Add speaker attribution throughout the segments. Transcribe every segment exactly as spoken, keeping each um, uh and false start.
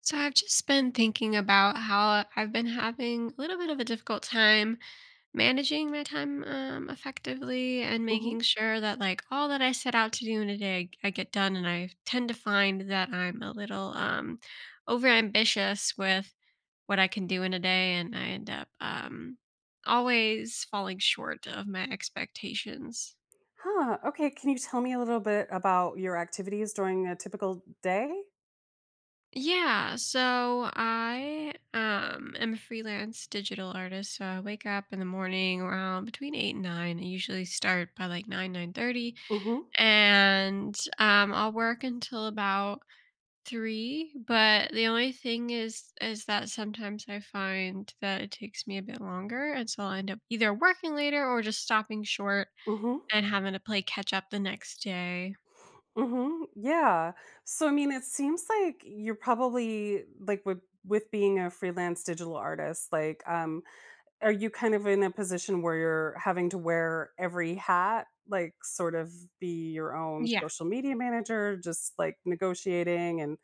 Speaker 1: So I've just been thinking about how I've been having a little bit of a difficult time managing my time, um, effectively, and
Speaker 2: Hmm.
Speaker 1: making sure that like all that I set out to do in a day I get done. And I tend to find that I'm a little um overambitious with what I can do in a day, and I end up um always falling short of my expectations.
Speaker 2: Huh. Okay. Can you tell me a little bit about your activities during a typical day?
Speaker 1: Yeah, so I um am a freelance digital artist. So I wake up in the morning around between eight and nine. I usually start by like nine, nine thirty.
Speaker 2: Mm-hmm.
Speaker 1: And um I'll work until about three. But the only thing is is that sometimes I find that it takes me a bit longer. And so I'll end up either working later or just stopping short
Speaker 2: Mm-hmm.
Speaker 1: and having to play catch up the next day.
Speaker 2: Mm-hmm. Yeah. So I mean, it seems like you're probably like with with being a freelance digital artist, like um, are you kind of in a position where you're having to wear every hat, like sort of be your own
Speaker 1: Yeah.
Speaker 2: social media manager, just like negotiating and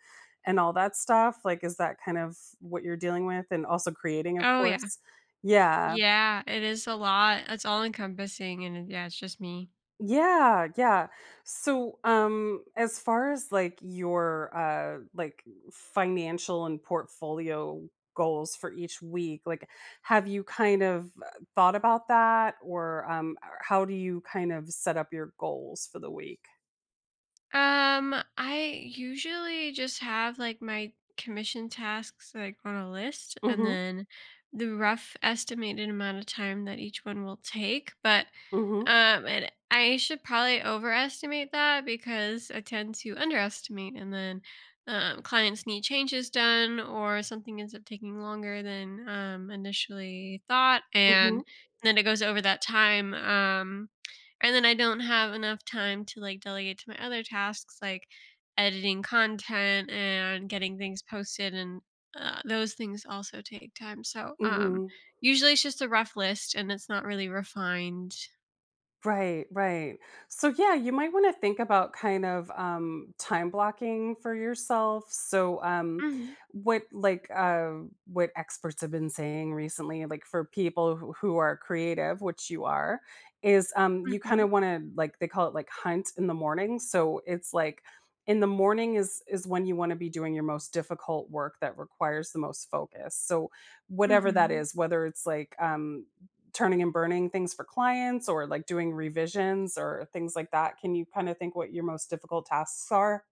Speaker 2: and all that stuff? Like, is that kind of what you're dealing with and also creating, of
Speaker 1: Oh yeah.
Speaker 2: course? Yeah.
Speaker 1: Yeah, it is a lot. It's all encompassing and it- yeah, it's just me.
Speaker 2: Yeah, yeah. So, um, as far as like your uh like financial and portfolio goals for each week, like have you kind of uh, thought about that or um or how do you kind of set up your goals for the week?
Speaker 1: Um, I usually just have like my commission tasks like on a list, and
Speaker 2: Mhm.
Speaker 1: then the rough estimated amount of time that each one will take. But
Speaker 2: Mhm.
Speaker 1: um and I should probably overestimate that because I tend to underestimate, and then um, clients need changes done or something ends up taking longer than um, initially thought,
Speaker 2: Mhm.
Speaker 1: and then it goes over that time. Um, and then I don't have enough time to like delegate to my other tasks, like editing content and getting things posted, and uh, those things also take time. So um
Speaker 2: Mhm.
Speaker 1: usually it's just a rough list and it's not really refined.
Speaker 2: Right, right. So yeah, you might want to think about kind of um time blocking for yourself. So um
Speaker 1: Mhm,
Speaker 2: what like uh what experts have been saying recently like for people who, who are creative, which you are, is um you kind
Speaker 1: mhm,
Speaker 2: of want to like they call it like hunt in the morning. So it's like in the morning is is when you want to be doing your most difficult work that requires the most focus. So whatever that
Speaker 1: mhm.
Speaker 2: is, whether it's like um turning and burning things for clients or like doing revisions or things like that? Can you kind of think what your most difficult tasks are?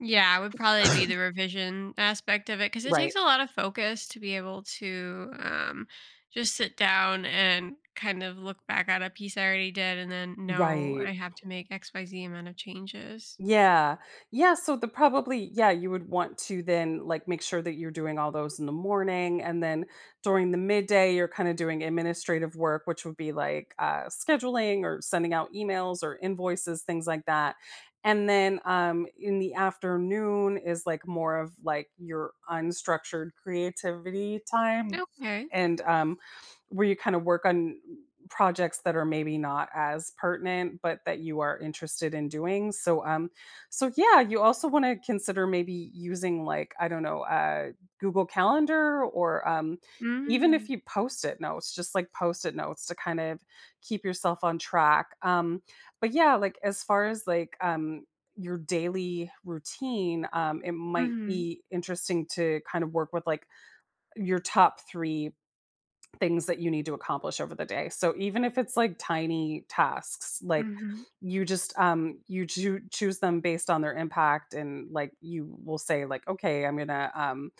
Speaker 1: Yeah, would probably be the revision aspect of it, cuz it
Speaker 2: Right.
Speaker 1: takes a lot of focus to be able to um just sit down and kind of look back at a piece I already did, and then know
Speaker 2: Right.
Speaker 1: I have to make X Y Z amount of changes.
Speaker 2: Yeah. Yeah, so the probably yeah, you would want to then, like, make sure that you're doing all those in the morning, and then during the midday, you're kinda doing administrative work, which would be, like, uh, scheduling or sending out emails or invoices, things like that, and then, um, in the afternoon is, like, more of, like, your unstructured creativity time
Speaker 1: Okay.
Speaker 2: and, um, where you kinda work on projects that are maybe not as pertinent, but that you are interested in doing, so, um, so yeah, you also want to consider maybe using like I don't know, uh, Google Calendar or um, even if
Speaker 1: Mm.
Speaker 2: you post-it notes, just like post-it notes to kind of keep yourself on track. Um, but yeah, like as far as like um, your daily routine, um, it might
Speaker 1: Mhm.
Speaker 2: be interesting to kind of work with like your top three things that you need to accomplish over the day. So even if it's like tiny tasks, like
Speaker 1: Mhm.
Speaker 2: you just um you choo- choose them based on their impact and like you will say like okay, I'm going to um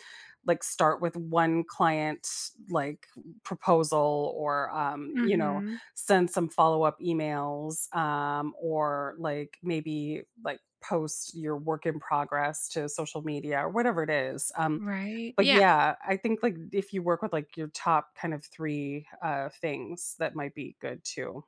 Speaker 2: like start with one client like proposal or um you know
Speaker 1: Mhm.
Speaker 2: send some follow-up emails um or like maybe like post your work in progress to social media or whatever it is. Um
Speaker 1: Right.
Speaker 2: but
Speaker 1: Yeah.
Speaker 2: yeah, I think, like, if you work with, like, your top kind of three, uh, things, that might be good too.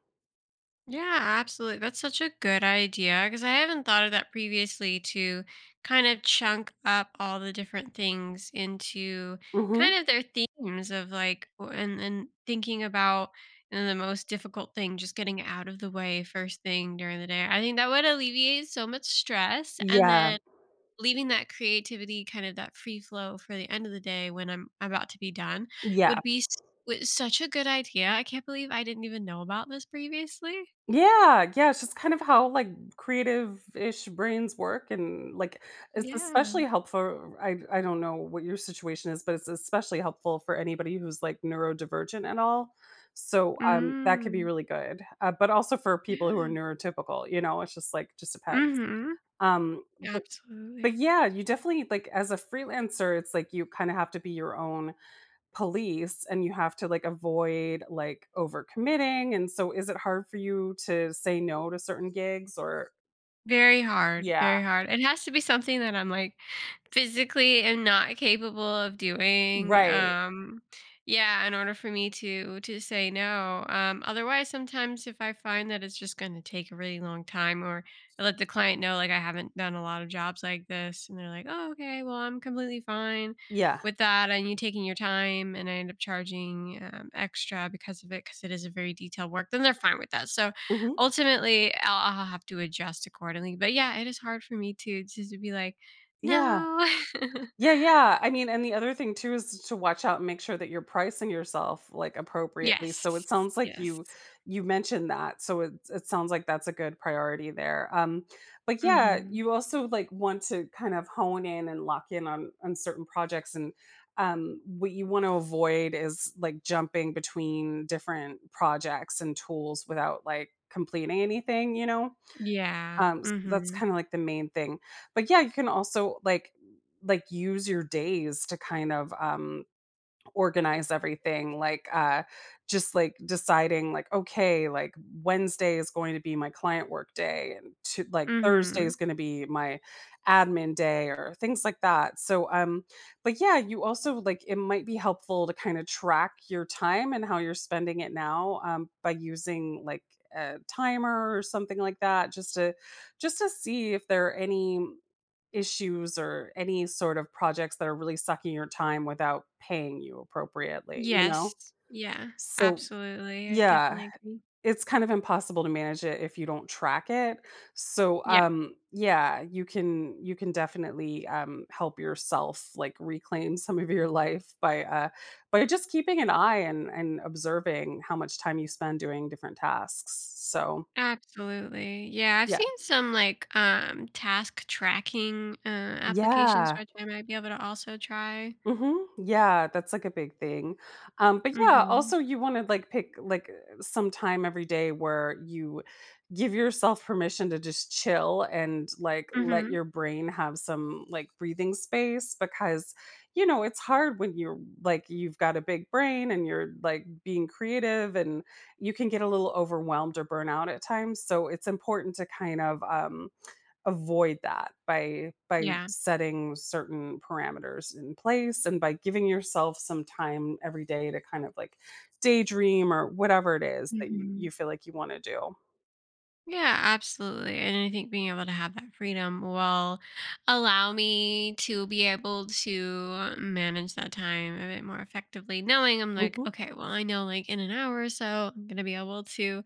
Speaker 1: Yeah, absolutely. That's such a good idea, because I haven't thought of that previously, to kind of chunk up all the different things into
Speaker 2: Mhm.
Speaker 1: kind of their themes of like w- and and thinking about you know, the most difficult thing, just getting it out of the way first thing during the day. I think that would alleviate so much stress, and
Speaker 2: Yeah.
Speaker 1: then leaving that creativity, kind of that free flow for the end of the day when I'm about to be done,
Speaker 2: Yeah.
Speaker 1: would be s w such a good idea. I can't believe I didn't even know about this previously.
Speaker 2: Yeah, yeah, it's just kind of how, like, creative-ish brains work and, like, it's especially
Speaker 1: Yeah.
Speaker 2: helpful I I don't know what your situation is, but it's especially helpful for anybody who's, like, neurodivergent at all. So, um, that could be
Speaker 1: Mm.
Speaker 2: really good, uh, but also for people who are
Speaker 1: Yeah.
Speaker 2: neurotypical, you know, it's just, like, just depends.
Speaker 1: Mhm.
Speaker 2: Um, but
Speaker 1: Absolutely.
Speaker 2: But yeah, you definitely like as a freelancer, it's like you kind of have to be your own police and you have to like avoid like overcommitting. And so is it hard for you to say no to certain gigs or
Speaker 1: Very hard,
Speaker 2: yeah.
Speaker 1: very hard. It has to be something that I'm, like, physically am not capable of doing,
Speaker 2: Right.
Speaker 1: um yeah, in order for me to to say no. um, otherwise, sometimes if I find that it's just gonna take a really long time, or I let the client know, like, I haven't done a lot of jobs like this, and they're like, "Oh, okay, well, I'm completely fine
Speaker 2: Yeah.
Speaker 1: with that and you taking your time," and I end up charging, um, extra because of it, because it is a very detailed work, then they're fine with that. So
Speaker 2: Hmm.
Speaker 1: ultimately, I'll I'll have to adjust accordingly, but yeah, it is hard for me to just to be like,
Speaker 2: Yeah.
Speaker 1: "No."
Speaker 2: Yeah, yeah. I mean, and the other thing too is to watch out and make sure that you're pricing yourself like appropriately. So it
Speaker 1: Yes,
Speaker 2: sounds like
Speaker 1: yes.
Speaker 2: you you mentioned that. So it it sounds like that's a good priority there. Um, but yeah,
Speaker 1: Mhm.
Speaker 2: you also like want to kind of hone in and lock in on on certain projects and um what you want to avoid is like jumping between different projects and tools without like completing anything, you know?
Speaker 1: Yeah.
Speaker 2: Um, so that's
Speaker 1: Mhm.
Speaker 2: kinda like the main thing. But yeah, you can also like like use your days to kind of, um organize everything like uh just like deciding like okay like Wednesday is going to be my client work day and to, like
Speaker 1: Mm,
Speaker 2: Thursday is
Speaker 1: mhm.
Speaker 2: going to be my admin day or things like that so um but yeah you also like it might be helpful to kind of track your time and how you're spending it now um by using like a timer or something like that just to just to see if there are any issues or any sort of projects that are really sucking your time without paying you appropriately, you know?
Speaker 1: Yes. Yeah,
Speaker 2: So,
Speaker 1: absolutely, I
Speaker 2: yeah,
Speaker 1: definitely agree.
Speaker 2: it's kind of impossible to manage it if you don't track it. So,
Speaker 1: Yeah,
Speaker 2: um, yeah, you can you can definitely, um, help yourself, like, reclaim some of your life by, uh by just keeping an eye and and observing how much time you spend doing different tasks. So,
Speaker 1: absolutely. Yeah, I've
Speaker 2: yeah.
Speaker 1: seen some, like, um, task tracking, uh, applications
Speaker 2: Yeah.
Speaker 1: which I might be able to also try.
Speaker 2: Mhm. Yeah, that's like a big thing. Um, but yeah,
Speaker 1: Mhm.
Speaker 2: also you want to like pick like uh, some time every day where you give yourself permission to just chill and like let
Speaker 1: Mhm.
Speaker 2: your brain have some like breathing space because you know, it's hard when you're like you've got a big brain and you're like being creative and you can get a little overwhelmed or burn out at times. So it's important to kind of um avoid that by by
Speaker 1: Yeah.
Speaker 2: setting certain parameters in place and by giving yourself some time every day to kind of like daydream or whatever it is that you you
Speaker 1: Mhm.
Speaker 2: feel like you want to do.
Speaker 1: Yeah, absolutely. And I think being able to have that freedom will allow me to be able to manage that time a bit more effectively, knowing I'm like,
Speaker 2: Mhm,
Speaker 1: okay, well, I know like in an hour or so, I'm going to be able to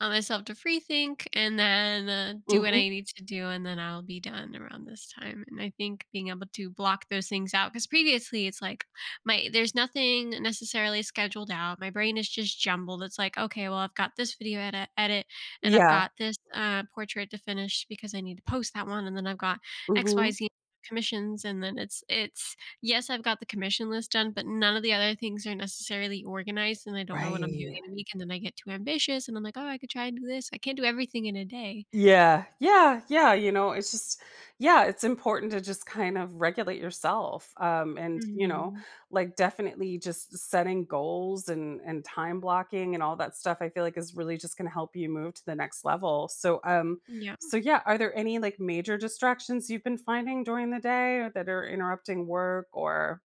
Speaker 1: allow myself to free think, and then uh, do what
Speaker 2: mhm.
Speaker 1: I need to do, and then I'll be done around this time. And I think being able to block those things out, because previously it's like my there's nothing necessarily scheduled out. My brain is just jumbled. It's like, okay, well, I've got this video edit, edit, and I've
Speaker 2: Yeah.
Speaker 1: got this uh, portrait to finish because I need to post that one, and then I've got X Y
Speaker 2: Mhm.
Speaker 1: Z commissions, and then it's it's yes, I've got the commission list done, but none of the other things are necessarily organized, and I don't know what I'm doing
Speaker 2: Right.
Speaker 1: in a week, and then I get too ambitious, and I'm like, "Oh, I could try and do this." I can't do everything in a day.
Speaker 2: Yeah, yeah, yeah, you know, it's just yeah, it's important to just kind of regulate yourself, um, and, you know,
Speaker 1: Mhm.
Speaker 2: like, definitely just setting goals and and time blocking and all that stuff, I feel like is really just gonna help you move to the next level, so, um
Speaker 1: Yeah.
Speaker 2: so, yeah, are there any, like, major distractions you've been finding during the day or that are interrupting work or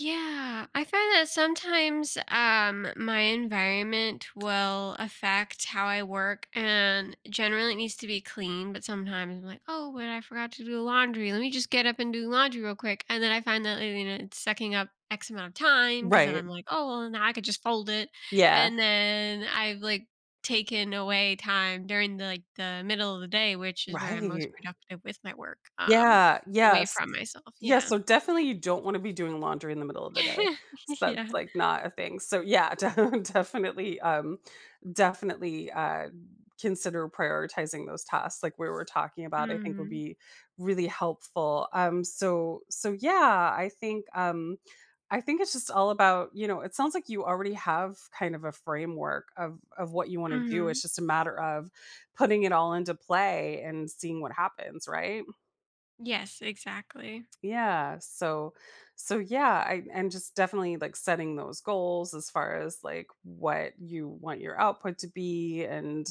Speaker 1: Yeah, I find that sometimes um, my environment will affect how I work, and generally it needs to be clean. But sometimes I'm like, oh, but I forgot to do laundry. Let me just get up and do laundry real quick, and then I find that you know it's sucking up X amount of time, because then
Speaker 2: right,
Speaker 1: I'm like, oh, well, now I could just fold it,
Speaker 2: yeah,
Speaker 1: and then I've like taken away time during the like the middle of the day, which is where I'm most
Speaker 2: right,
Speaker 1: productive with my work, um,
Speaker 2: yeah,
Speaker 1: away
Speaker 2: yes.
Speaker 1: from myself.
Speaker 2: Yeah,
Speaker 1: Yeah.
Speaker 2: so definitely you don't wanna be doing laundry in the middle of the day. So that's,
Speaker 1: yeah.
Speaker 2: like, not a thing. So, yeah, de definitely, um, definitely, uh, consider prioritizing those tasks like we were talking about, I think would
Speaker 1: Mhm.
Speaker 2: be really helpful. Um, so so, yeah, I think, um, I think it's just all about, you know it sounds like you already have kind of a framework of of what you wanna do.
Speaker 1: Mhm.
Speaker 2: It's just a matter of putting it all into play and seeing what happens, right?
Speaker 1: Yes, exactly.
Speaker 2: Yeah. So so yeah, I and just definitely like setting those goals as far as like what you want your output to be and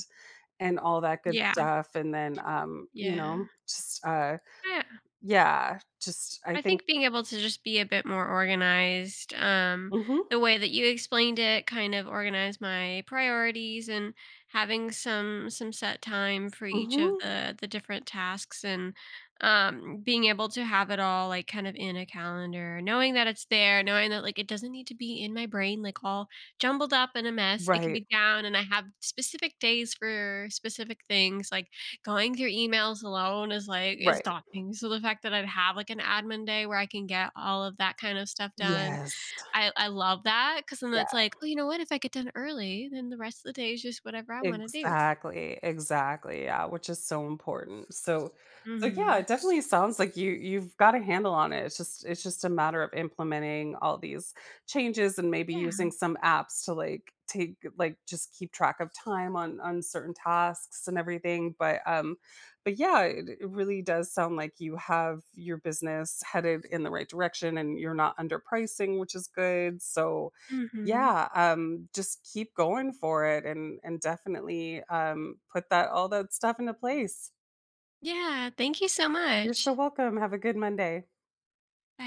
Speaker 2: and all that good
Speaker 1: Yeah.
Speaker 2: stuff. And then um, you
Speaker 1: Yeah.
Speaker 2: know, just uh
Speaker 1: Yeah.
Speaker 2: yeah, just I
Speaker 1: I
Speaker 2: think.
Speaker 1: think being able to just be a bit more organized, um,
Speaker 2: Mm-hmm.
Speaker 1: the way that you explained it, kind of organize my priorities and having some some set time for each of
Speaker 2: Mm-hmm.
Speaker 1: the the different tasks, and um, being able to have it all like kind of in a calendar, knowing that it's there, knowing that like it doesn't need to be in my brain like all jumbled up in a mess. It can
Speaker 2: Right.
Speaker 1: be down, and I have specific days for specific things, like going through emails alone is, like, is
Speaker 2: Right.
Speaker 1: daunting, so the fact that I'd have, like, an admin day where I can get all of that kind of stuff done,
Speaker 2: Yes.
Speaker 1: I I love that, because then that's
Speaker 2: Yeah.
Speaker 1: like, "Oh, you know what? If I get done early, then the rest of the day is just whatever I wanna do."
Speaker 2: Exactly, exactly, yeah, which is so important. So so yeah, it
Speaker 1: Mhm.
Speaker 2: definitely sounds like you you've got a handle on it. It's just it's just a matter of implementing all these changes and maybe using
Speaker 1: Yeah.
Speaker 2: some apps to like take like just keep track of time on on certain tasks and everything, but um but yeah, it, it really does sound like you have your business headed in the right direction and you're not underpricing, which is good. So
Speaker 1: Mhm.
Speaker 2: yeah, um, just keep going for it and and definitely, um, put that all that stuff into place.
Speaker 1: Yeah, thank you so
Speaker 2: You're so
Speaker 1: much.
Speaker 2: welcome. Have a good Monday.